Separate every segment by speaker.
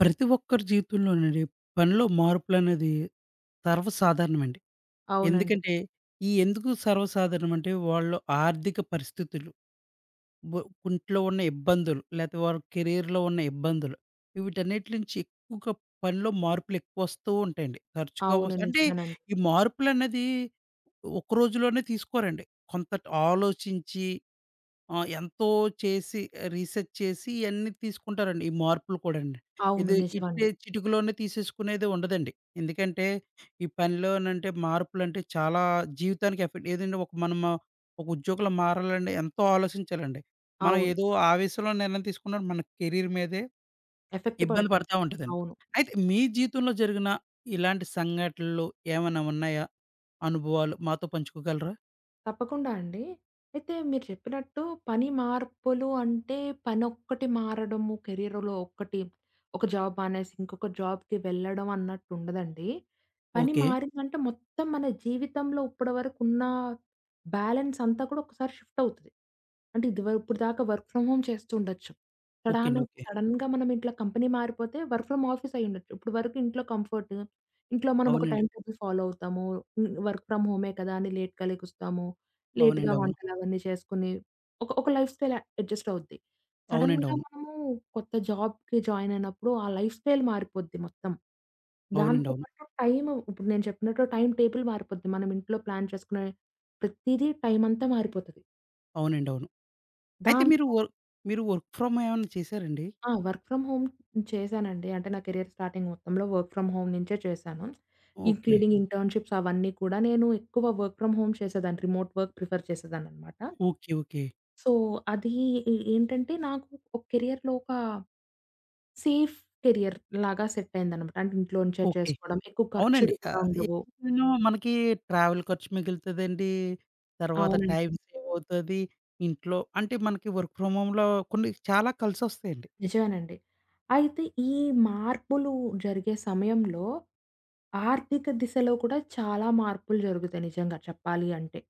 Speaker 1: ప్రతి ఒక్కరి జీవితంలోనండి పనిలో మార్పులనేది సర్వసాధారణమండి.
Speaker 2: అవునండి.
Speaker 1: ఎందుకంటే, ఎందుకు సర్వసాధారణం అంటే, వాళ్ళు ఆర్థిక పరిస్థితులు, బ ఇంట్లో ఉన్న ఇబ్బందులు, లేతే వారి కెరియర్‌లో ఉన్న ఇబ్బందులు, వీటన్నిటి నుంచి ఎక్కువగా పనిలో మార్పులెక్కువొస్తూ ఉంటాయండి. తరచుగా
Speaker 2: అవును.
Speaker 1: అంటే,
Speaker 2: నిజమేనండి.
Speaker 1: ఈ మార్పులన్నది ఒక రోజులోనే తీసుకోరండి. కొంత ఆలోచించి ఎంతో చేసి రీసెర్చ్ చేసి ఇయన్నీ తీసుకుంటారండి. ఈ మార్పులు కూడానండి.
Speaker 2: అవును.
Speaker 1: ఇది ఇట్టే
Speaker 2: నిజమండి.
Speaker 1: చిటికలోనే తీసేసుకునేది ఉండదండి. ఎందుకంటే ఈ పనిలోనంటే మార్పులంటే చాలా జీవితానికి ఎఫెక్ట్ ఏదంటే ఒక మనము ఒక ఉద్యోగంలో మారాలంటే ఎంతో ఆలోచించాలండి. మనం
Speaker 2: అవును.
Speaker 1: ఏదో ఆవేశంలో నిర్ణయం తీసుకున్న మన కెరీర్ మీదే
Speaker 2: ఎఫెక్ట్
Speaker 1: ఇబ్బంది
Speaker 2: పడుతుంది.
Speaker 1: పడతా ఉంటదండి.
Speaker 2: అవును.
Speaker 1: అయితే మీ జీవితంలో జరిగిన ఇలాంటి సంఘటనలు ఏమైనా ఉన్నాయా? అనుభవాలు మాతో పంచుకోగలరా?
Speaker 2: తప్పకుండా అండి. అయితే మీరు చెప్పినట్టు పని మార్పులు అంటే పనొక్కటి మారడము, కెరియర్‌లో ఒక్కటి ఒక జాబ్ మానేసి ఇంకొక జాబ్‌కి వెళ్ళడం అన్నట్టు ఉండదండి. పని
Speaker 1: ఓకే.
Speaker 2: మారిందంటే మొత్తం మన జీవితంలో ఇప్పటివరకు ఉన్న బ్యాలెన్స్ అంతా కూడా ఒకసారి షిఫ్ట్ అవుతది. అంటే ఇది వరకు ఇప్పటిదాకా వర్క్ ఫ్రమ్ హోమ్ చేస్తూ ఉండొచ్చు.
Speaker 1: ఓకే
Speaker 2: సడాన
Speaker 1: అండి. ఓకే.
Speaker 2: సడెన్‌గా మనం ఇట్లా కంపెనీ మారిపోతే వర్క్ ఫ్రమ్ ఆఫీస్ అయ్యుండొచ్చు. ఇప్పటివరకు ఇంట్లో కంఫర్ట్, ఇంట్లో మనం ఒక
Speaker 1: అవునండి.
Speaker 2: టైమ్ టేబుల్ ఫాలో అవుతాము. వర్క్ ఫ్రమ్ హోమే కదా! అని లేట్‌గా లెగుస్తాము. లేట్‌గా
Speaker 1: అవునండి. అవును.
Speaker 2: వంటలవన్నీ చేసుకొని ఒక ఒక లైఫ్ స్టైల్ అడ్జస్ట్ అవుద్ది.
Speaker 1: అవునండి.
Speaker 2: సడెన్‌గా
Speaker 1: అవును.
Speaker 2: మనము కొత్త జాబ్‌కి జాయిన్ అయినప్పుడు ఆ లైఫ్ స్టైల్ మారిపోద్ది మొత్తం.
Speaker 1: అవునండి.
Speaker 2: దాంతో
Speaker 1: అవును.
Speaker 2: పాటు టైము ఇప్పుడు నేను చెప్పినట్టు టైమ్ టేబుల్ మారిపోద్ది. మనం ఇంట్లో ప్లాన్ చేసుకునే ప్రతీదీ టైమ్ అంతా మారిపోతది.
Speaker 1: అవునండి. అవును. అయితే
Speaker 2: దాంతో
Speaker 1: మీరు వర్క్ ఫ్రమ్ హోమ్ ఏమన్నా చేశారండి?
Speaker 2: ఆ! వర్క్ ఫ్రమ్ హోమ్ చేశానండి. అంటే నా కెరియర్ స్టార్టింగ్ మొత్తంలో వర్క్ ఫ్రమ్ హోమ్ నుంచే చేశాను.
Speaker 1: ఓకే.
Speaker 2: ఇంక్లూడింగ్ ఇంటర్న్‌షిప్స్ అవన్నీ కూడా నేను ఎక్కువ వర్క్ ఫ్రమ్ హోమ్ చేసేదాన్ని. రిమోట్ వర్క్ ప్రిఫర్ చేసేదాన్ననమాట.
Speaker 1: ఓకే. ఓకే.
Speaker 2: సో, అది ఏంటంటే నాకు ఒక కెరియర్‌లో ఒక సేఫ్ కెరియర్ లాగా సెట్ అయిందనమాట. అంటే ఇంట్లో నుంచే
Speaker 1: ఓకే.
Speaker 2: చేసుకోవడం, ఎక్కువ
Speaker 1: అవునండి.
Speaker 2: ఖర్చులు కూడా ఉండవు.
Speaker 1: ఎక్కువగాను మనకి ట్రావెల్ ఖర్చు మిగులుతదండి. తర్వాత
Speaker 2: అవునండి.
Speaker 1: టైం సేవ్ అవుతది. ఇంట్లో అంటే మనకి వర్క్ ఫ్రమ్ హోమ్‌లో కొన్ని చాలా కలిసొస్తాయండి.
Speaker 2: నిజమేనండి. అయితే ఈ మార్పులు జరిగే సమయంలో ఆర్థిక దిశలో కూడా చాలా మార్పులు జరుగుతాయి నిజంగా చెప్పాలి అంటే.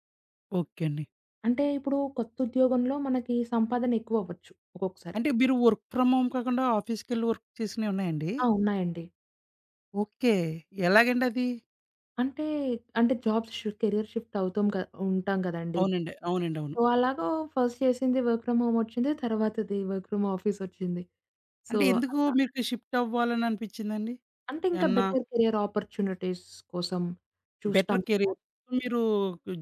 Speaker 1: ఓకే అండి.
Speaker 2: అంటే ఇప్పుడు కొత్త ఉద్యోగంలో మనకి సంపాదన ఎక్కువ అవ్వచ్చు ఒక్కొక్కసారి.
Speaker 1: అంటే మీరు వర్క్ ఫ్రమ్ హోమ్ కాకుండా ఆఫీస్‌కెళ్ళి వర్క్ చేసినయి ఉన్నాయండి?
Speaker 2: ఆ! ఉన్నాయండి.
Speaker 1: ఓకే. ఎలాగండి అది?
Speaker 2: అంటే, అంటే, జాబ్ షి కెరియర్ షిఫ్ట్ అవుతాం క ఉంటాం కదండీ!
Speaker 1: అవునండి. అవునండి. అవును.
Speaker 2: సో, అలాగా ఫస్ట్ చేసింది వర్క్ ఫ్రమ్ హోమ్ ఒచ్చింది. తర్వాతది వర్క్ ఫ్రమ్ ఆఫీసొచ్చింది. సో,
Speaker 1: అంటే ఎందుకు
Speaker 2: అట్లా.
Speaker 1: మీకు షిఫ్ట్ అవ్వాలని అనిపించిందండి?
Speaker 2: అంటే ఇంకా
Speaker 1: ఏమన్నా
Speaker 2: బెటర్ కెరియర్ ఆపర్చునిటీస్ కోసం చూస్తాం
Speaker 1: బెటర్
Speaker 2: కదా!
Speaker 1: కెరియర్ మీరు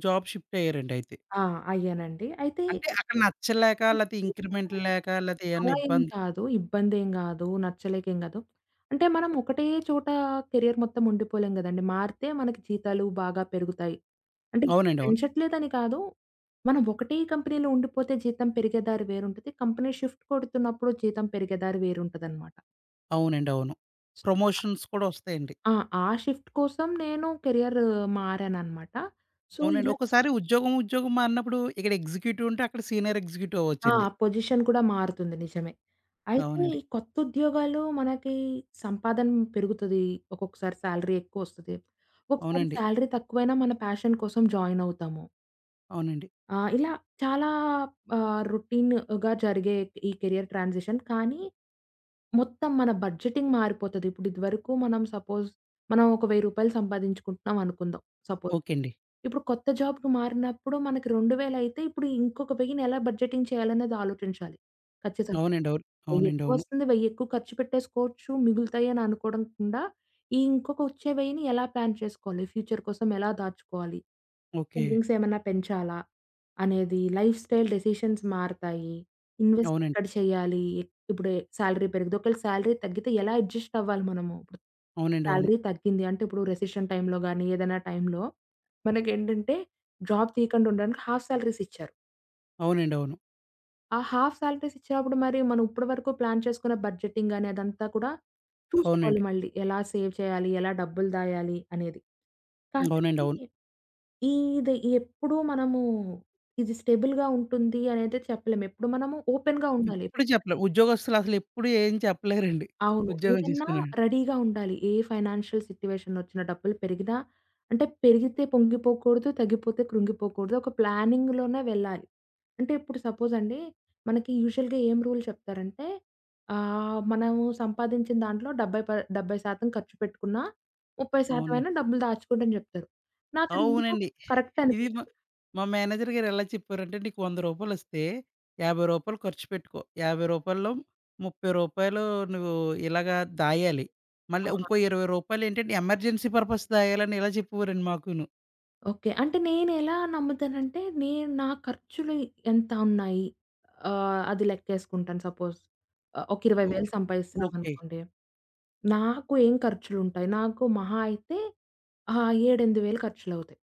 Speaker 1: జాబ్ షిఫ్ట్ అయ్యారండి అయితే.
Speaker 2: ఆ! అయ్యానండి. అయితే
Speaker 1: అంటే అక్కడ నచ్చలేక లేతే
Speaker 2: నచ్చింది
Speaker 1: ఇంక్రిమెంట్
Speaker 2: కాదు.
Speaker 1: లేక లేతే ఏమన్నా
Speaker 2: అలా ఏం
Speaker 1: ఇబ్బంది
Speaker 2: కాదు. ఇబ్బందేం గాదు. నచ్చలేకేం గాదు. అంటే మనం ఒకటే చోట కెరియర్ మొత్తం ఉండిపోలేం గదండీ. మారితే మనకి జీతాలు బాగా పెరుగుతాయి. అంటే ఇప్పుడు
Speaker 1: అవునండి. అవును.
Speaker 2: పెంచట్లేదని కాదు. మనం ఒకటే కంపెనీలో ఉండిపోతే జీతం పెరిగే దారి వేరుంటది. కంపెనీ షిఫ్ట్ కొడుతున్నప్పుడు జీతం పెరిగే దారి వేరుంటదనమాట.
Speaker 1: అవునండి. అవును. ప్రమోషన్స్ కూడా వస్తాయండి.
Speaker 2: ఆ! ఆ షిఫ్ట్ కోసం నేను కెరియర్ మారాననమాట. సో,
Speaker 1: అవునండి.
Speaker 2: ఇలా
Speaker 1: ఒక్కసారి ఉద్యోగం, ఉద్యోగం మారినప్పుడు ఇక్కడ ఎగ్జిక్యూటివ్ ఉంటే అక్కడ సీనియర్ ఎగ్జిక్యూటివ్
Speaker 2: ఆ!
Speaker 1: అవ్వొచ్చండి.
Speaker 2: పొజిషన్ కూడా మారుతుంది నిజమే. అయితే ఈ
Speaker 1: అవునండి.
Speaker 2: కొత్త ఉద్యోగాలు మనకి సంపాదన పెరుగుతది. ఒక్కొక్కసారి సాలరీ ఎక్కువొస్తది. ఒక్కొక్కసారి
Speaker 1: అవునండి.
Speaker 2: సాలరీ తక్కువైనా మన ప్యాషన్ కోసం జాయిన్ అవుతాము.
Speaker 1: అవునండి.
Speaker 2: ఆ! ఇలా చాలా రొటీన్‌గా జరిగే ఈ కెరియర్ ట్రాన్సిషన్. కానీ, మొత్తం మన బడ్జెటింగ్ మారిపోతది. ఇప్పుడు ఇదివరకు మనం సపోజ్ మనం ఒక రూ. 1000 సంపాదించుకుంటున్నాం అనుకుందాం సపోజ్.
Speaker 1: ఓకే అండి.
Speaker 2: ఇప్పుడు కొత్త జాబ్‌కి మారినప్పుడు మనకి 2000 అయితే ఇప్పుడు ఇంకొక 1000ని ఎలా బడ్జెటింగ్ చేయాలనేది ఆలోచించాలి. ఖచ్చితంగా.
Speaker 1: అవునండి. అవును.
Speaker 2: అంటే 1000
Speaker 1: అవునండి.
Speaker 2: ఎక్కువ
Speaker 1: అవును.
Speaker 2: వస్తుంది, 1000 ఎక్కువ ఖర్చు పెట్టేసుకోవచ్చు, మిగులుతాయి అని అనుకోకుండా, ఈ ఇంకొక వచ్చే 1000ని ఎలా ప్లాన్ చేసుకోవాలి? ఫ్యూచర్ కోసం ఎలా దాచుకోవాలి?
Speaker 1: ఓకే.
Speaker 2: సేవింగ్స్ ఏమన్నా పెంచాలా? అనేది లైఫ్ స్టైల్ డెసిషన్స్ మారతాయి. ఇన్వెస్ట్
Speaker 1: అవునండి.
Speaker 2: ఎక్కడ చేయాలి? ఇప్పుడు సాలరీ పెరిగితే ఒకవేళ సాలరీ తగ్గితే ఎలా అడ్జస్ట్ అవ్వాలి మనము? ఇప్పుడు
Speaker 1: అవునండి. అవును.
Speaker 2: సాలరీ తగ్గింది అంటే ఇప్పుడు రెసిషన్ టైమ్‌లో గాని, ఏదైనా టైమ్‌లో మనకేంటంటే జాబ్ తీయకుండా ఉండడానికి హాఫ్ సాలరీస్ ఇచ్చారు.
Speaker 1: అవునండి. అవును.
Speaker 2: ఆ హాఫ్ సాలరీస్ ఇచ్చినప్పుడు మరి మనం ఇప్పటి వరకు ప్లాన్ చేసుకున్న బడ్జెటింగ్ గాని అదంతా కూడా చూసుకోవాలి
Speaker 1: అవునండి.
Speaker 2: మళ్ళీ. ఎలా సేవ్ చేయాలి? ఎలా డబ్బులు దాయాలి? అనేది.
Speaker 1: అవునండి. అవును.
Speaker 2: కాబట్టి ఇది ఎప్పుడూ మనము ఇది స్టేబుల్‌గా ఉంటుంది అనైతే చెప్పలేము. ఎప్పుడు మనము ఓపెన్‌గా ఉండాలి.
Speaker 1: ఎప్పుడు చెప్పలేం. ఉద్యోగస్తులు అసలు ఎప్పుడు ఏం చెప్పలేరండి.
Speaker 2: అవును.
Speaker 1: ఉద్యోగం
Speaker 2: ఏదన్నా
Speaker 1: చేసుకునే
Speaker 2: రెడీగా ఉండాలి. ఏ ఫైనాన్షియల్ సిట్యుయేషన్ ఒచ్చినా డబ్బులు పెరిగినా అంటే పెరిగితే పొంగిపోకూడదు. తగ్గిపోతే కృంగిపోకూడదు. ఒక ప్లానింగ్‌లోనే వెళ్ళాలి. అంటే ఇప్పుడు సపోజ్ అండి మనకి యూజువల్‌గా ఏం రూల్ చెప్తారంటే మనము సంపాదించిన దాంట్లో 70% ఖర్చు పెట్టుకున్నా 30%
Speaker 1: అవునండి.
Speaker 2: అయినా డబ్బులు దాచుకోండి అని జెప్తారు. నాకది ఎందుకో
Speaker 1: అవునండి.
Speaker 2: కరెక్ట్
Speaker 1: ఇది
Speaker 2: అనిపించదు.
Speaker 1: మా మా మేనేజర్ గారు ఎలా చెప్పారంటే, "నీకు రూ. 100 రూ. 50 ఖర్చు పెట్టుకో. రూ. 50లో రూ. 30 నువ్వు ఇలాగా దాయాలి. మళ్ళీ
Speaker 2: ఆ!
Speaker 1: ఇంకో రూ. 20 ఏంటంటే ఎమర్జెన్సీ పర్పస్ దాయాలని" ఇలా చెప్పేవారండి మాకును.
Speaker 2: ఓకే. అంటే నేనెలా నమ్ముతానంటే, నేను నా ఖర్చులు ఎంత ఉన్నాయి, అది లెక్కేసుకుంటాను సపోజ్. ఒక
Speaker 1: ఓహ్!
Speaker 2: 20,000
Speaker 1: ఓకే.
Speaker 2: సంపాదిస్తున్నామనుకోండి. నాకు ఏం ఖర్చులుంటాయి? నాకు మహా అయితే 7, 8 వేలు ఖర్చులవుతాయి.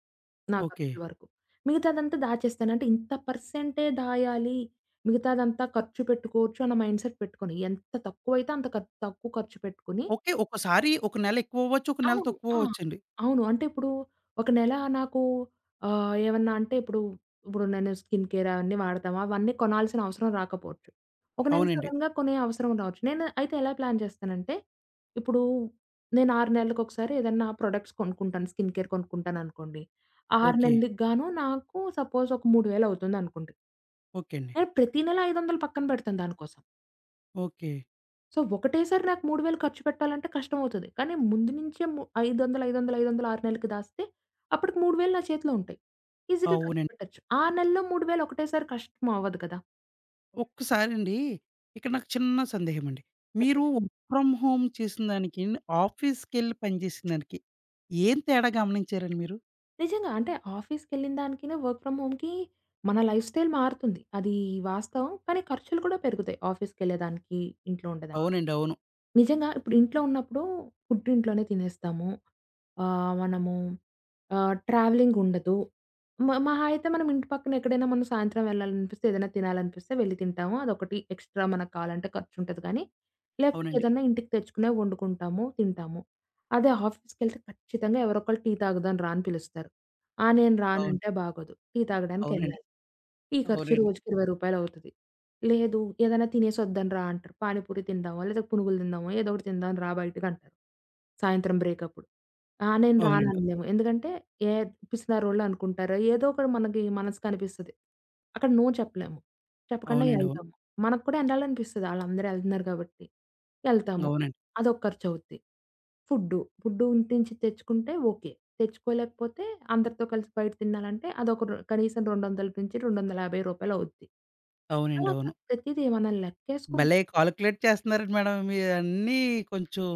Speaker 2: నా
Speaker 1: ఓకే.
Speaker 2: ఖర్చుల వరకు. మిగతాదంతా దాచేస్తాను. అంటే ఇంత పర్సెంటే దాయాలి, మిగతాదంతా ఖర్చు పెట్టుకోవచ్చు అన్న మైండ్‌సెట్ పెట్టుకోను. ఎంత తక్కువైతే అంత తక్కువ ఖర్చు పెట్టుకొని
Speaker 1: ఓకే. ఒక్కసారి ఒక నెల ఎక్కువ అవ్వచ్చు. ఒక నెల
Speaker 2: అవును.
Speaker 1: తక్కువ
Speaker 2: ఆ!
Speaker 1: అవ్వచ్చండి.
Speaker 2: అవును. అంటే ఇప్పుడు ఒక నెల నాకు ఏమన్నా అంటే ఇప్పుడు నేను స్కిన్ కేర్ అవన్నీ వాడతాము. అవన్నీ కొనాల్సిన అవసరం రాకపోవచ్చు. ఒక నెల
Speaker 1: అవునండి.
Speaker 2: సడెన్‌గా కొనే అవసరం రావచ్చు. నేను అయితే ఎలా ప్లాన్ చేస్తానంటే, ఇప్పుడు నేను 6 నెలలకొకసారి ఏదన్నా ప్రొడక్ట్స్ కొనుక్కుంటాను. స్కిన్ కేర్ కొనుక్కుంటాననుకోండి. 6
Speaker 1: ఓకే.
Speaker 2: నెలలకి గాను నాకు సపోజ్ ఒక 3000 అవుతుందనుకోండి.
Speaker 1: ఓకే అండి.
Speaker 2: నేను ప్రతి నెల 500 పక్కన పెడతాను దానికోసం.
Speaker 1: ఓకే.
Speaker 2: సో, ఒకటేసారి నాకు 3000 ఖర్చు పెట్టాలంటే కష్టమవుతది. కానీ ముందు నుంచే 500, 500, 500 6 నెలలకి దాస్తే అప్పటికి 3000 నా చేతిలో ఉంటాయి. ఈజీగా ఖర్చు
Speaker 1: అవునండి.
Speaker 2: పెట్టొచ్చు. ఆ నెలలో 3000 ఒకటేసారి కష్టం అవ్వదు కదా!
Speaker 1: ఒక్కసారండి ఇక్కడ నాకు చిన్న సందేహమండి. మీరు
Speaker 2: చెప్పండి.
Speaker 1: వర్క్ ఫ్రమ్ హోమ్ చేసిన దానికి, ఆఫీస్‌కెళ్ళి పనిచేసిన దానికి ఏం తేడా గమనించారండి మీరు?
Speaker 2: నిజంగా అంటే ఆఫీస్‌కెళ్ళిన దానికినే వర్క్ ఫ్రమ్ హోమ్‌కి మన లైఫ్ స్టైల్ మారుతుంది. అది వాస్తవం. కానీ ఖర్చులు కూడా పెరుగుతాయి. ఆఫీస్‌కెళ్ళేదానికి, ఇంట్లో ఉండేదానికి.
Speaker 1: అవునండి. అవును.
Speaker 2: నిజంగా ఇప్పుడు ఇంట్లో ఉన్నప్పుడు ఫుడ్ ఇంట్లోనే తినేస్తాము. మనము ట్రావెలింగ్ ఉండదు. మహా అయితే మనం ఇంటి పక్కన ఎక్కడైనా మనం సాయంత్రం వెళ్ళాలనిపిస్తే, ఏదైనా తినాలనిపిస్తే వెళ్లి తింటాము. అదొకటి ఎక్స్‌ట్రా మనకు కావాలంటే ఖర్చుంటది కానీ, లేకపోతే
Speaker 1: అవునండి.
Speaker 2: ఏదన్నా ఇంటికి తెచ్చుకునే వండుకుంటాము, తింటాము. అదే ఆఫీస్‌కెళ్తే ఖచ్చితంగా ఎవరో ఒకళ్ళు టీ తాగుదాం రా అని పిలుస్తారు. ఆ! నేను
Speaker 1: అవును.
Speaker 2: రానంటే బాగోదు. టీ
Speaker 1: అవునండి.
Speaker 2: తాగడానికెళ్ళాలి. టీ
Speaker 1: అవునండి.
Speaker 2: ఖర్చు రోజుకి రూ. 20 అవుతది. లేదు. ఏదైనా తినేసొద్దాం రా అంటారు. పానీపూరి తిందామా, లేదా పునుగులు తిందామా, ఏదో ఒకటి తిందాం రా బయటికంటారు. సాయంత్రం బ్రేకప్పుడు. ఆ! నేను
Speaker 1: అవునండి.
Speaker 2: రాననలేము. ఎందుకంటే ఏ పిసినారోళ్ళు అనుకుంటారు. ఏదో ఒకటి మనకి మనసుకనిపిస్తది. అక్కడ నో చెప్పలేము. చెప్పకుండా
Speaker 1: అవునండి. అవును.
Speaker 2: యెళ్తాము. మనకు కూడా యెళ్ళాలనిపిస్తది. ఆళ్ళందరూ యెళ్తున్నారు కాబట్టి. యెళ్తాము.
Speaker 1: అవునండి.
Speaker 2: అదొక ఖర్చవుద్ది. ఫుడ్డు. ఫుడ్డు ఇంటి నుంచి తెచ్చుకుంటే ఓకే. తెచ్చుకోలేకపోతే అందరితో కలిసి బయట తినాలంటే అదొక కనీసం రూ. 200-250 అవుద్ది.
Speaker 1: అవునండి.
Speaker 2: అలా
Speaker 1: అవును.
Speaker 2: ప్రతీది మనం లెక్కేసుకుని
Speaker 1: భలే కాలిక్యులేట్ చేస్తున్నారండి మేడం. మీరు అన్నీ కొంచెం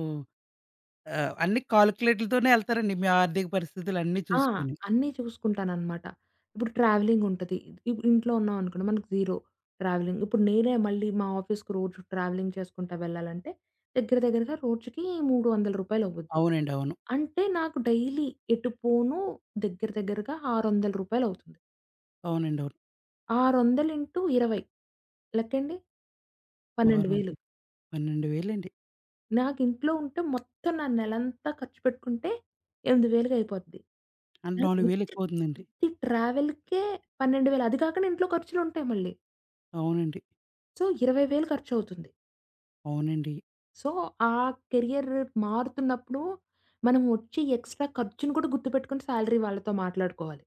Speaker 1: అన్ని కాలిక్యులేట్‌లతోనే ఎళ్తారండి. మీ ఆర్థిక పరిస్థితులు అన్నీ
Speaker 2: ఆ!
Speaker 1: చూసుకొని.
Speaker 2: అన్నీ చూసుకుంటాననమాట. ఇప్పుడు ట్రావెలింగ్ ఉంటది. ఇంట్లో ఉన్నామనుకోండి మనకు 0 ట్రావెలింగ్. ఇప్పుడు నేనే మళ్ళీ మా ఆఫీస్‌కి రోజు ట్రావెలింగ్ చేసుకుంటా వెళ్ళాలంటే దగ్గర దగ్గరగా రోజుకి రూ. 300 అవుద్ది.
Speaker 1: అవునండి. అవును.
Speaker 2: అంటే నాకు డైలీ ఎటు పోను దగ్గర దగ్గరగా రూ. 600 అవుతుంది.
Speaker 1: అవునండి. అవును.
Speaker 2: 600 ఇంటూ 20 లెక్కేయండి
Speaker 1: 6,
Speaker 2: 12,000.
Speaker 1: 12,000 అండి.
Speaker 2: నాకింట్లో ఉంటే మొత్తం నా నెలంతా ఖర్చు పెట్టుకుంటే 8,000కి అయిపోద్ది.
Speaker 1: అంటే
Speaker 2: నాకు
Speaker 1: 4,000
Speaker 2: ఉత్తి,
Speaker 1: ఎక్కువవుతుందండి.
Speaker 2: ఉత్తి ట్రావెల్‌కే 12,000 అది కాకుండా ఇంట్లో ఖర్చులుంటాయి మళ్ళీ.
Speaker 1: అవునండి.
Speaker 2: సో, 20,000 ఖర్చవుతుంది.
Speaker 1: అవునండి.
Speaker 2: సో, ఆ కెరియర్ మారుతున్నప్పుడు మనం వచ్చే ఎక్స్‌ట్రా ఖర్చును కూడా గుర్తుపెట్టుకొని సాలరీ వాళ్ళతో మాట్లాడుకోవాలి.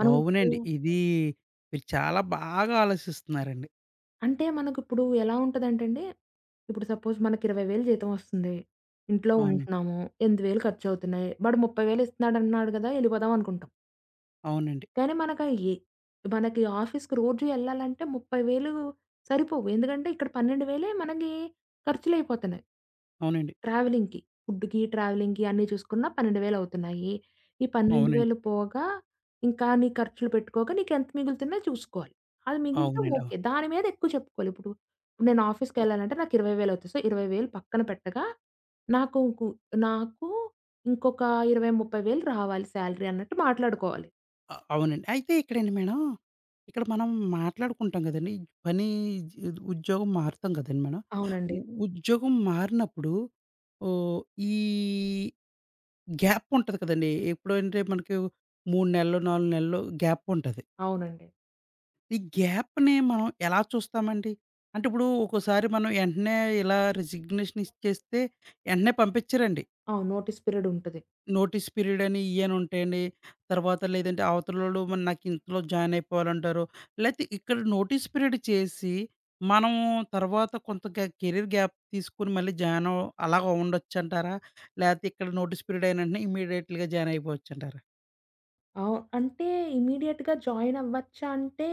Speaker 2: మనం ఇప్పుడు
Speaker 1: అవునండి. ఇది మీరు చాలా బాగా ఆలోచిస్తున్నారండి.
Speaker 2: అంటే మనకిప్పుడు ఎలా ఉంటదంటేండి, ఇప్పుడు సపోజ్ మనకి 20,000 జీతం వస్తుంది. ఇంట్లో
Speaker 1: అవునండి.
Speaker 2: ఉంటున్నాము. 8,000 ఖర్చవుతున్నాయి. వాడు 30,000 ఇస్తున్నాడన్నాడు గదా! ఎళ్ళిపోదాం అనుకుంటాం.
Speaker 1: అవునండి.
Speaker 2: కానీ మనకా ఏ మనకి ఆఫీస్‌కి రోజు యెళ్ళాలంటే 30,000 సరిపోవు. ఎందుకంటే ఇక్కడ 12,000 మనకి ఖర్చులయిపోతున్నాయి.
Speaker 1: అవునండి.
Speaker 2: ట్రావెలింగ్‌కి, ఫుడ్‌కి, ట్రావెలింగ్‌కి అన్నీ చూసుకున్నా 12,000 అవుతున్నాయి. ఈ
Speaker 1: అవునండి.
Speaker 2: 12,000 పోగా ఇంకా నీ ఖర్చులు పెట్టుకోగా నీకెంత మిగులుతున్నాయో చూసుకోవాలి. అది మిగిలితే
Speaker 1: అవునండి. అవును.
Speaker 2: ఓకే. దాని మీద ఎక్కువ చెప్పుకోవాలి. ఇప్పుడు ఇప్పుడు నేను ఆఫీస్‌కెళ్ళాలంటే నాకు 20,000 అవుతాయి. సో, 20,000 పక్కన పెట్టగా నాకు కు నాకు ఇంకొక 20, 30,000 రావాలి శాలరీ అన్నట్టు మాట్లాడుకోవాలి.
Speaker 1: అవునండి. అయితే ఇక్కడండి మేడం, ఇక్కడ మనం మాట్లాడుకుంటాం గదండీ! పని జీ ఉద్యోగం మారుతాం కదండీ మేడం.
Speaker 2: అవునండి.
Speaker 1: ఉ ఉద్యోగం మారినప్పుడు ఓహ్, ఈ గ్యాప్ ఉంటది కదండీ! ఎప్పుడంటే మనకి 3 నెలలు, 4 నెలలు గ్యాప్ ఉంటది.
Speaker 2: అవునండి.
Speaker 1: ఈ గ్యాప్‌ని మనం ఎలా చూస్తామండి? అంటే ఇప్పుడు ఒక్కోసారి మనం ఎంటనే ఇలా రిజిగ్నేషన్ ఇచ్చేస్తే ఎంటనే పంపించరండి.
Speaker 2: అవును. నోటీస్ పీరియడ్ ఉంటది.
Speaker 1: నోటీస్ పీరియడ్ అని ఇయని ఉంటాయండి. తర్వాత లేదంటే అవతలోళ్ళు మరి నాకు ఇందులో జాయిన్ అయిపోవాలంటారు. లేతే ఇక్కడ నోటీస్ పీరియడ్ చేసి మనం తర్వాత కొంత కెరీర్ గ్యాప్ తీసుకొని మళ్ళీ జాయిన్ అవ్ అలాగ ఉండొచ్చంటారా? లేతే ఇక్కడ నోటీస్ పీరియడ్ అయిన వెంటనే ఇమ్మీడియేట్‌లీగా జాయిన్ అయిపోవచ్చంటారా?
Speaker 2: అంటే ఇమ్మీడియేట్‌గా జాయిన్ అవ్వచ్చా అంటే,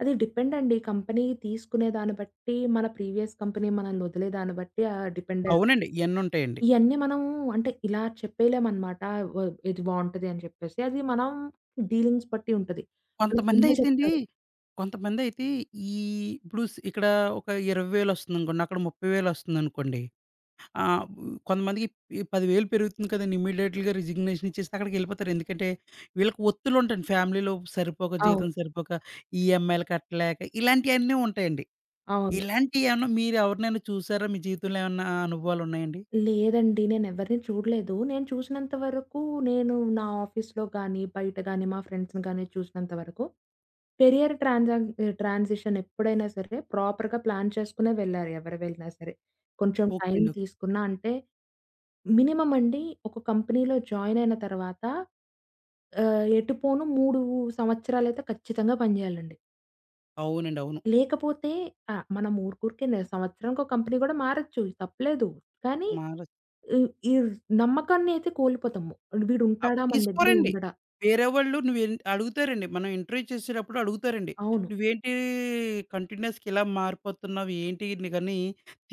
Speaker 2: అది డిపెండ్ అండి. కంపెనీ తీసుకునే దాన్ని బట్టి, మన ప్రీవియస్ కంపెనీ మనల్ని వదిలే దాన్ని బట్టి ఆ డిపెండ్ అయి
Speaker 1: అవునండి. ఇయన్నీ ఉంటాయండి.
Speaker 2: ఇయన్నీ మనం అంటే ఇలా చెప్పేయలేమనమాట. వ ఇది బావుంటది అని చెప్పేసి. అది మనం డీలింగ్స్ బట్టి ఉంటది. మనకు ముందే
Speaker 1: కొంతమందయితే అండి,
Speaker 2: చెప్తారు.
Speaker 1: కొంతమందయితే ఈ ఇప్పుడు స్ ఇక్కడ ఒక 20,000 వస్తుందనుకోండి, అక్కడ 30,000 వస్తుందనుకోండి. ఆహ్, కొంతమందికి ఈ 10,000 పెరుగుతుంది కదండీ! ఇమ్మీడియేట్‌గా రిజిగ్నేషన్ ఇచ్చేసి అక్కడికెళ్ళిపోతారు. ఎందుకంటే, వీళ్ళకి ఒత్తులుంటండి. ఫ్యామిలీలో సరిపోక,
Speaker 2: అవును.
Speaker 1: జీతం సరిపోక, ఈఎంఐలు కట్టలేక ఇలాంటియన్నీ ఉంటాయండి.
Speaker 2: అవును.
Speaker 1: ఇలాంటియేమన్నా మీరెవరినైనా చూసారా? మీ జీవితంలో ఏమన్నా అనుభవాలున్నాయండి?
Speaker 2: లేదండి. నేనెవరిని చూడలేదు. నేను చూసినంత వరకు నేను నా ఆఫీస్‌లో గానీ, బయట గానీ, మా ఫ్రెండ్స్‌ని గానీ చూసినంత వరకు ట్రాన్సిషన్ ఎప్పుడైనా సరే ప్రాపర్‌గా ప్లాన్ చేసుకునే వెళ్లారు ఎవరు వెళ్ళినా సరే. కొంచెం
Speaker 1: ఓకే
Speaker 2: టైం
Speaker 1: అండి. ఓకే.
Speaker 2: తీసుకున్న అంటే మినిమమ్ అండి ఒక కంపెనీలో జాయిన్ అయిన తర్వాత ఎటు పోను 3 సంవత్సరాలైతే ఖచ్చితంగా పని చేయాలండి.
Speaker 1: అవునండి. అవును.
Speaker 2: లేకపోతే ఆ! మనం ఊరుకూరికే సంవత్సరానికో కంపెనీ గూడా మారొచ్చు. తప్పులేదు. కానీ
Speaker 1: మార
Speaker 2: ఈ ఈ నమ్మకాన్నయితే కోల్పోతాము.
Speaker 1: ఆ!
Speaker 2: వీడుంటాడా మన దగ్గర
Speaker 1: తీసుకోరండి.
Speaker 2: ఉండడా?
Speaker 1: వేరే వాళ్ళు నువ్వేన్ అడుగుతారండి. మనం ఇంటర్వ్యూ చేసేటప్పుడు అడుగుతారండి.
Speaker 2: అవును.
Speaker 1: "నువ్వేంటి కంటిన్యూయస్‌గా ఇలా మారిపోతున్నావు? ఏంటి?" అని గాని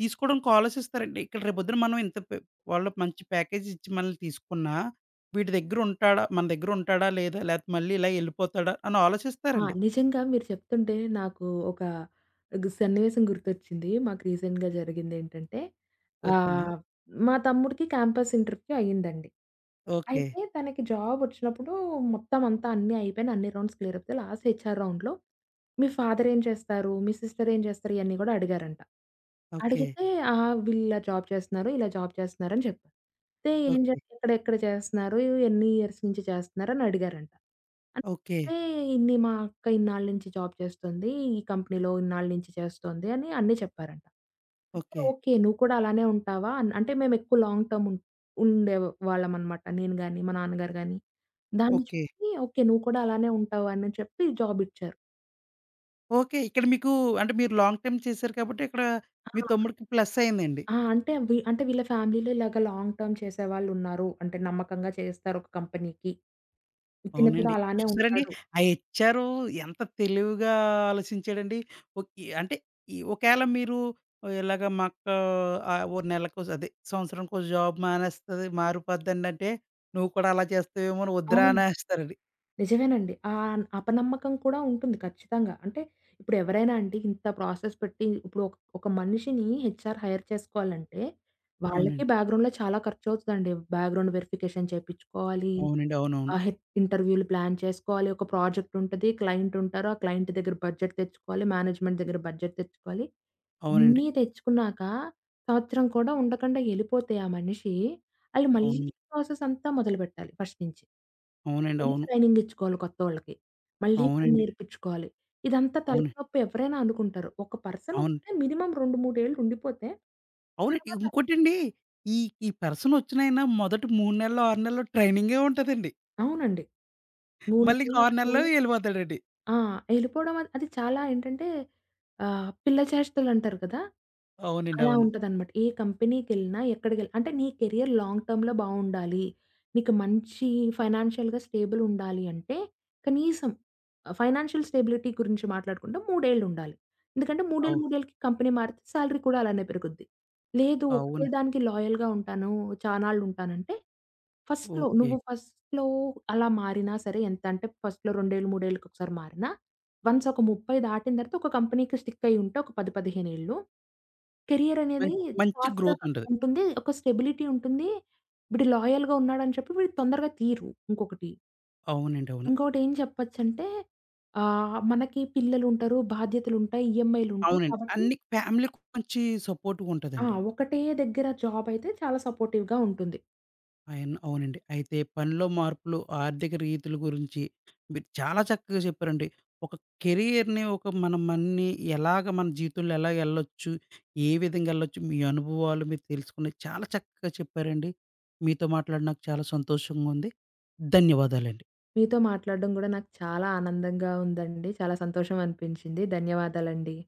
Speaker 1: తీసుకోవడానికి ఆలోచిస్తారండి. ఇక్కడ రేపొద్దున మనం ఇంత పె వాళ్ళు మంచి ప్యాకేజ్ ఇచ్చి మనల్ని తీసుకున్నా, వీడి దగ్గర ఉంటాడా? మన దగ్గర ఉంటాడా? లేదా? లేతే మళ్ళీ ఇలా ఎళ్ళిపోతాడా? అని
Speaker 2: ఆ!
Speaker 1: ఆలోచిస్తారండి.
Speaker 2: నిజంగా మీరు చెప్తుంటే నాకు ఒక సన్నివేశం గుర్తొచ్చింది. మాకు రీసెంట్‌గా జరిగిందేంటంటే,
Speaker 1: ఓకేని.
Speaker 2: ఆహ్, మా తమ్ముడికి క్యాంపస్ ఇంటర్వ్యూ అయిందండి.
Speaker 1: ఓకే.
Speaker 2: అయితే తనకి జాబ్ వచ్చినప్పుడు మొత్తం అంతా అన్నీ అయిపోయిన అన్ని రౌండ్స్ క్లియర్ అయిపోతే లాస్ట్ హెచ్ఆర్ రౌండ్‌లో మీ ఫాదర్ ఏం చేస్తారు? మీ సిస్టర్ ఏం చేస్తారు? ఇయన్నీ గూడా అడిగారంట.
Speaker 1: ఓకే.
Speaker 2: అడిగితే వీళ్ళు ఇలా జాబ్ చేస్తున్నారు, ఇలా జాబ్ చేస్తున్నారు అని చెప్పారు. అయితే ఏం జే
Speaker 1: ఓకే.
Speaker 2: ఎక్కడెక్కడ చేస్తున్నారు? ఎన్ని ఇయర్స్ నుంచి చేస్తున్నారు? అని అడిగారంట.
Speaker 1: ఓకే.
Speaker 2: అంటే మా అక్క ఇన్నాళ్ళ నుంచి జాబ్ చేస్తుంది. ఈ కంపెనీలో ఇన్నాళ్ళ నుంచి చేస్తోంది అని అన్నీ చెప్పారంట. అయితే
Speaker 1: ఓకే.
Speaker 2: ఓకే. నువ్వు కూడా అలానే ఉంటావా? అంటే మేమెక్కువ లాంగ్ టర్మ్ ఉండేవాళ్ళమనమాట. నేను గాని, మా నాన్నగారు గాని. దాన్ని
Speaker 1: ఓకే.
Speaker 2: చూసి ఓకే. నువ్వు కూడా అలానే ఉంటావు అని చెప్పి జాబ్ ఇచ్చారు.
Speaker 1: ఓకే. ఇక్కడ మీకు అంటే మీరు లాంగ్ టైమ్ చేశారు కాబట్టి, ఇక్కడ మీ
Speaker 2: ఆ!
Speaker 1: తమ్ముడికి ప్లస్ అయిందండి.
Speaker 2: ఆ! అంటే వీళ్ళ ఫ్యామిలీలో ఇలాగ లాంగ్ టర్మ్ చేసేవాళ్ళున్నారు. అంటే నమ్మకంగా చేస్తారు ఒక కంపెనీకి. ఇతను కూడా
Speaker 1: అవునండి.
Speaker 2: అలానే
Speaker 1: చూసారండి
Speaker 2: ఉంటాడు.
Speaker 1: ఆ హెచ్‌ఆరు ఎంత తెలివిగా ఆలోచించాడండి. ఓకే. అంటే ఈ ఒకేళ మీరు ఇలాగ మాకు ఓ నెలకో అదే సంవత్సరానికో జాబ్ మానేస్తది మారిపోద్దండంటే, "నువ్వు కూడా అలా చేస్తావేమో అని వద్దురా"
Speaker 2: అవును.
Speaker 1: అనేస్తారండి.
Speaker 2: నిజమేనండి. ఆ అపనమ్మకం కూడా ఉంటుంది ఖచ్చితంగా. అంటే ఇప్పుడు ఎవరైనా అండి ఇంత ప్రాసెస్ పెట్టి ఇప్పుడు ఒక ఒక మనిషిని హెచ్‌ఆర్ హైర్ చేసుకోవాలంటే అవును. వాళ్ళకి
Speaker 1: అవునండి.
Speaker 2: బ్యాక్‌గ్రౌండ్‌లో చాలా ఖర్చవుతదండి. Background verification చేపిచ్చుకోవాలి.
Speaker 1: అవునండి.
Speaker 2: ఆ!
Speaker 1: అవునవును.
Speaker 2: హె ఇంటర్వ్యూలు ప్లాన్ చేసుకోవాలి. ఒక ప్రాజెక్ట్ ఉంటది. క్లయింట్ ఉంటారు. ఆ క్లయింట్ దగ్గర బడ్జెట్ తెచ్చుకోవాలి. మేనేజ్మెంట్ దగ్గర బడ్జెట్ తెచ్చుకోవాలి.
Speaker 1: అవునండి.
Speaker 2: ఇన్ని తెచ్చుకున్నాక సంవత్సరం కూడా ఉండకుండా ఎళ్ళిపోతే ఆ మనిషి, ఆళ్ళు మళ్ళీ
Speaker 1: అవును.
Speaker 2: ప్రాసెస్ అంతా మొదలుపెట్టాలి ఫస్ట్ నుంచి.
Speaker 1: అవునండి.
Speaker 2: మళ్ళీ
Speaker 1: అవును.
Speaker 2: ట్రైనింగ్ ఇచ్చుకోవాలి కొత్తోళ్ళకి. మళ్ళీ పని
Speaker 1: అవునండి.
Speaker 2: నేర్పించుకోవాలి. ఇదంతా
Speaker 1: అవును.
Speaker 2: తలకాయనొప్పి ఎవరైనా అనుకుంటారు. ఒక పర్సన్
Speaker 1: అవును.
Speaker 2: వస్తే మినిమమ్ 2, 3 ఏళ్ళు ఉండిపోతే
Speaker 1: అవునండి.
Speaker 2: తర్వాత
Speaker 1: ఇంకోటండి ఈ ఈ పర్సనొచ్చినైనా మొదటి 3 నెల్లో, 6 నెల్లో ట్రైనింగే ఉంటదండి.
Speaker 2: అవునండి. 3
Speaker 1: మళ్ళీ ఇంకో
Speaker 2: నెలలు,
Speaker 1: 6
Speaker 2: 6
Speaker 1: నెల్లో
Speaker 2: నెలలు
Speaker 1: యెళ్ళిపోతాడండి.
Speaker 2: ఆ! ఎళ్ళిపోవడం అది అది చాలా ఏంటంటే పిల్ల చేష్టలు అంటారు కదా!
Speaker 1: అవునండి.
Speaker 2: అలా
Speaker 1: అవును.
Speaker 2: ఉంటదనమాట. ఏ కంపెనీకెళ్ళినా ఎక్కడికెళ్ళి అంటే నీ కెరియర్ లాంగ్ టర్మ్‌లో బావుండాలి. నీకు మంచి ఫైనాన్షియల్‌గా స్టేబుల్ ఉండాలి అంటే కనీసం ఫైనాన్షియల్ స్టేబిలిటీ గురించి మాట్లాడుకుంటే 3 ఏళ్ళు ఉండాలి. ఎందుకంటే
Speaker 1: అవు
Speaker 2: 3 ఏళ్ళకి కంపెనీ మారితే సాలరీ కూడా అలానే పెరుగుద్ది. లేదు ఒకటే
Speaker 1: అవును.
Speaker 2: దానికి లాయల్‌గా ఉంటాను, చానాళ్లుంటానంటే
Speaker 1: ఓకే.
Speaker 2: ఫస్ట్‌లో అలా మారినా సరే ఎంతంటే ఫస్ట్‌లో 2 ఏళ్ళు, 3 ఏళ్ళకొకసారి మారినా వన్స్ ఒక 30 దాటిన తర్వాత ఒక కంపెనీకి స్టిక్ అయ్యి ఉంటే ఒక 10, 15 ఏళ్ళు కెరియర్ అనేది
Speaker 1: మంచి మంచి
Speaker 2: సాఫీగా
Speaker 1: గ్రోత్ ఉంటది.
Speaker 2: ఉంటుంది. ఒక స్టెబిలిటీ ఉంటుంది. వీడు లాయల్‌గా ఉన్నాడని చెప్పి వీడు తొందరగా తీయరు ఇంకొకటి.
Speaker 1: అవునండి. అవును.
Speaker 2: ఇంకోటి ఏం చెప్పొచ్చంటే మనకి పిల్లలుంటారు, బాధ్యతలుంటాయి, ఈఎంఐలుంటాయి.
Speaker 1: అవునండి.
Speaker 2: కాబట్టి
Speaker 1: అన్ని ఫ్యామిలీకి మంచి సపోర్ట్‌గా
Speaker 2: ఆ!
Speaker 1: ఉంటదండి.
Speaker 2: ఒకటే దగ్గర జాబ్ అయితే చాలా సపోర్టివ్‌గా ఉంటుంది.
Speaker 1: అవునండి. అయితే పనిలో మార్పులు, ఆర్థిక రీతుల గురించి మీరు చాలా చక్కగా చెప్పారండి. ఒక కెరియర్‌ని ఒక మన మన్ని ఎలాగ మన జీవితంలో ఎలాగ ఎళ్ళొచ్చు, ఏ విధంగా ఎళ్ళొచ్చు, మీ అనుభవాలు మీరు తెలుసుకున్నయి చాలా చక్కగా చెప్పారండి. మీతో మాట్లాడి నాకు చాలా సంతోషంగా ఉంది. ధన్యవాదాలండి.
Speaker 2: మీతో మాట్లాడడం గూడా నాకు చాలా ఆనందంగా ఉందండి. చాలా సంతోషం అనిపించింది. ధన్యవాదాలండి.